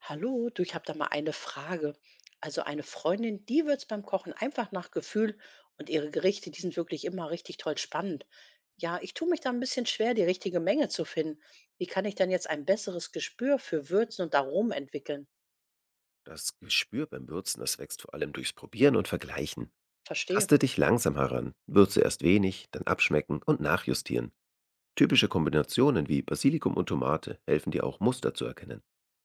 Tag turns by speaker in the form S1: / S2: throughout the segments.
S1: Hallo, du, ich habe da mal eine Frage. Also eine Freundin, die wird's beim Kochen einfach nach Gefühl und ihre Gerichte, die sind wirklich immer richtig toll spannend. Ja, ich tue mich da ein bisschen schwer, die richtige Menge zu finden. Wie kann ich denn jetzt ein besseres Gespür für Würzen und Aromen entwickeln?
S2: Das Gespür beim Würzen, das wächst vor allem durchs Probieren und Vergleichen.
S1: Verstehe.
S2: Taste dich langsam heran, würze erst wenig, dann abschmecken und nachjustieren. Typische Kombinationen wie Basilikum und Tomate helfen dir auch Muster zu erkennen.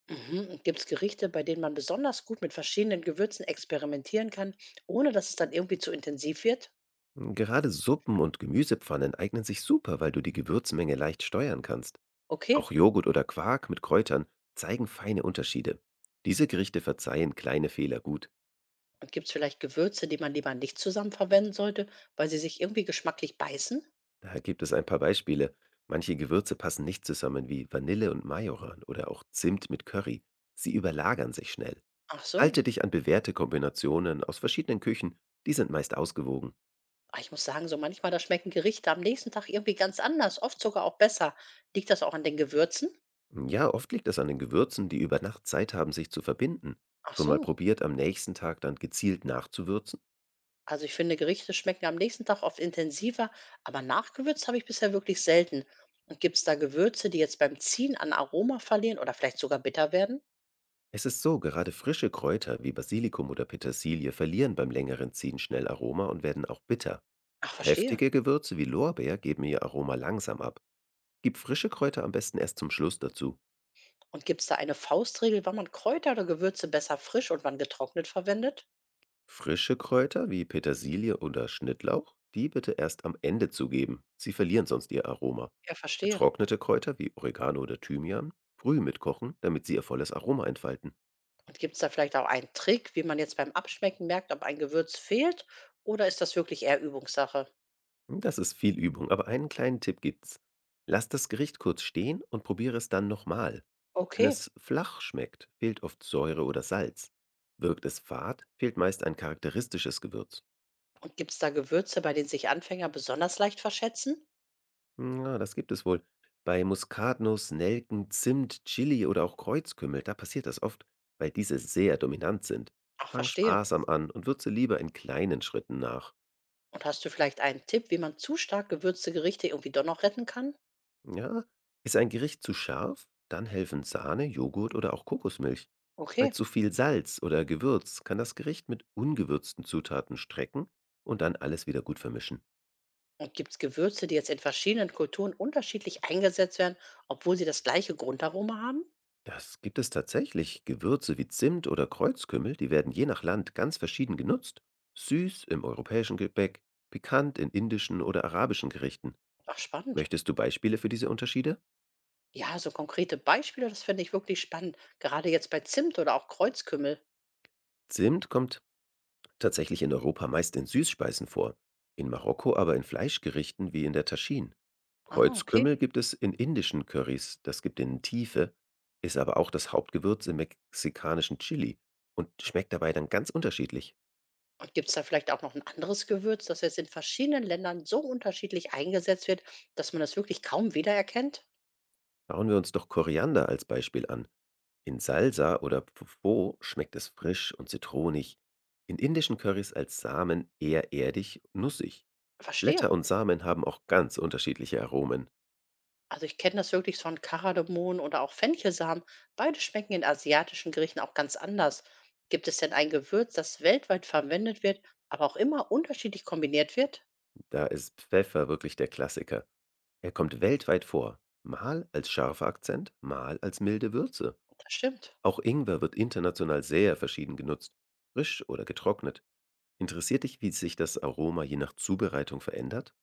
S1: Mhm. Gibt es Gerichte, bei denen man besonders gut mit verschiedenen Gewürzen experimentieren kann, ohne dass es dann irgendwie zu intensiv wird?
S2: Gerade Suppen und Gemüsepfannen eignen sich super, weil du die Gewürzmenge leicht steuern kannst.
S1: Okay.
S2: Auch Joghurt oder Quark mit Kräutern zeigen feine Unterschiede. Diese Gerichte verzeihen kleine Fehler gut.
S1: Und gibt vielleicht Gewürze, die man lieber nicht zusammen verwenden sollte, weil sie sich irgendwie geschmacklich beißen?
S2: Da gibt es ein paar Beispiele. Manche Gewürze passen nicht zusammen, wie Vanille und Majoran oder auch Zimt mit Curry. Sie überlagern sich schnell.
S1: Ach
S2: Halte
S1: so.
S2: dich an bewährte Kombinationen aus verschiedenen Küchen, die sind meist ausgewogen.
S1: Ah, ich muss sagen, so manchmal, da schmecken Gerichte am nächsten Tag irgendwie ganz anders, oft sogar auch besser. Liegt das auch an den Gewürzen?
S2: Ja, oft liegt es an den Gewürzen, die über Nacht Zeit haben, sich zu verbinden.
S1: Ach
S2: Schon mal
S1: so.
S2: probiert, am nächsten Tag dann gezielt nachzuwürzen?
S1: Also ich finde, Gerichte schmecken am nächsten Tag oft intensiver, aber nachgewürzt habe ich bisher wirklich selten. Und gibt es da Gewürze, die jetzt beim Ziehen an Aroma verlieren oder vielleicht sogar bitter werden?
S2: Es ist so, gerade frische Kräuter wie Basilikum oder Petersilie verlieren beim längeren Ziehen schnell Aroma und werden auch bitter.
S1: Ach, verstehe.
S2: Kräftige Gewürze wie Lorbeer geben ihr Aroma langsam ab. Gib frische Kräuter am besten erst zum Schluss dazu.
S1: Und gibt es da eine Faustregel, wann man Kräuter oder Gewürze besser frisch und wann getrocknet verwendet?
S2: Frische Kräuter wie Petersilie oder Schnittlauch, die bitte erst am Ende zugeben. Sie verlieren sonst ihr Aroma.
S1: Ja, verstehe.
S2: Getrocknete Kräuter wie Oregano oder Thymian früh mitkochen, damit sie ihr volles Aroma entfalten.
S1: Und gibt es da vielleicht auch einen Trick, wie man jetzt beim Abschmecken merkt, ob ein Gewürz fehlt oder ist das wirklich eher Übungssache?
S2: Das ist viel Übung, aber einen kleinen Tipp gibt's. Lass das Gericht kurz stehen und probiere es dann nochmal. Wenn
S1: Okay.
S2: es flach schmeckt, fehlt oft Säure oder Salz. Wirkt es fad, fehlt meist ein charakteristisches Gewürz.
S1: Und gibt es da Gewürze, bei denen sich Anfänger besonders leicht verschätzen?
S2: Ja, das gibt es wohl. Bei Muskatnuss, Nelken, Zimt, Chili oder auch Kreuzkümmel, da passiert das oft, weil diese sehr dominant sind.
S1: Ach,
S2: Fang
S1: verstehe.
S2: sparsam an und würze lieber in kleinen Schritten nach.
S1: Und hast du vielleicht einen Tipp, wie man zu stark gewürzte Gerichte irgendwie doch noch retten kann?
S2: Ja, ist ein Gericht zu scharf? Dann helfen Sahne, Joghurt oder auch Kokosmilch. Bei
S1: Okay.
S2: zu viel Salz oder Gewürz kann das Gericht mit ungewürzten Zutaten strecken und dann alles wieder gut vermischen.
S1: Und gibt es Gewürze, die jetzt in verschiedenen Kulturen unterschiedlich eingesetzt werden, obwohl sie das gleiche Grundaroma haben?
S2: Das gibt es tatsächlich. Gewürze wie Zimt oder Kreuzkümmel, die werden je nach Land ganz verschieden genutzt. Süß im europäischen Gebäck, pikant in indischen oder arabischen Gerichten.
S1: Ach, spannend.
S2: Möchtest du Beispiele für diese Unterschiede?
S1: Ja, so konkrete Beispiele, das finde ich wirklich spannend. Gerade jetzt bei Zimt oder auch Kreuzkümmel.
S2: Zimt kommt tatsächlich in Europa meist in Süßspeisen vor, in Marokko aber in Fleischgerichten wie in der Taschine.
S1: Ah, okay.
S2: Kreuzkümmel gibt es in indischen Currys, das gibt ihnen Tiefe, ist aber auch das Hauptgewürz im mexikanischen Chili und schmeckt dabei dann ganz unterschiedlich.
S1: Und gibt es da vielleicht auch noch ein anderes Gewürz, das jetzt in verschiedenen Ländern so unterschiedlich eingesetzt wird, dass man das wirklich kaum wiedererkennt?
S2: Schauen wir uns doch Koriander als Beispiel an. In Salsa oder Pho schmeckt es frisch und zitronig. In indischen Currys als Samen eher erdig, nussig.
S1: Verstehe.
S2: Blätter und Samen haben auch ganz unterschiedliche Aromen.
S1: Also ich kenne das wirklich von Kardamom oder auch Fenchelsamen. Beide schmecken in asiatischen Gerichten auch ganz anders. Gibt es denn ein Gewürz, das weltweit verwendet wird, aber auch immer unterschiedlich kombiniert wird?
S2: Da ist Pfeffer wirklich der Klassiker. Er kommt weltweit vor. Mal als scharfer Akzent, mal als milde Würze.
S1: Das stimmt.
S2: Auch Ingwer wird international sehr verschieden genutzt. Frisch oder getrocknet. Interessiert dich, wie sich das Aroma je nach Zubereitung verändert?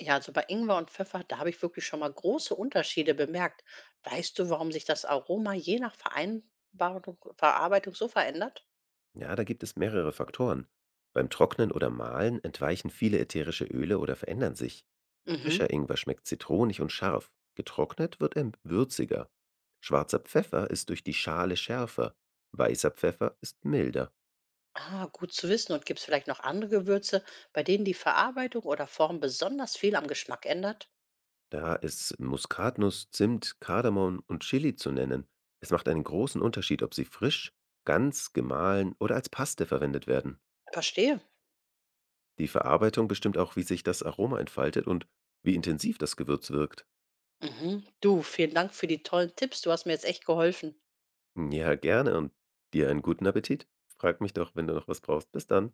S1: Ja, also bei Ingwer und Pfeffer, da habe ich wirklich schon mal große Unterschiede bemerkt. Weißt du, warum sich das Aroma je nach Vereinbarung, Verarbeitung so verändert?
S2: Ja, da gibt es mehrere Faktoren. Beim Trocknen oder Mahlen entweichen viele ätherische Öle oder verändern sich. Frischer
S1: Mhm.
S2: Ingwer schmeckt zitronig und scharf. Getrocknet wird er würziger. Schwarzer Pfeffer ist durch die Schale schärfer. Weißer Pfeffer ist milder.
S1: Ah, gut zu wissen. Und gibt es vielleicht noch andere Gewürze, bei denen die Verarbeitung oder Form besonders viel am Geschmack ändert?
S2: Da ist Muskatnuss, Zimt, Kardamom und Chili zu nennen. Es macht einen großen Unterschied, ob sie frisch, ganz, gemahlen oder als Paste verwendet werden.
S1: Verstehe.
S2: Die Verarbeitung bestimmt auch, wie sich das Aroma entfaltet und wie intensiv das Gewürz wirkt.
S1: Mhm. Du, vielen Dank für die tollen Tipps. Du hast mir jetzt echt geholfen.
S2: Ja, gerne und dir einen guten Appetit. Frag mich doch, wenn du noch was brauchst. Bis dann.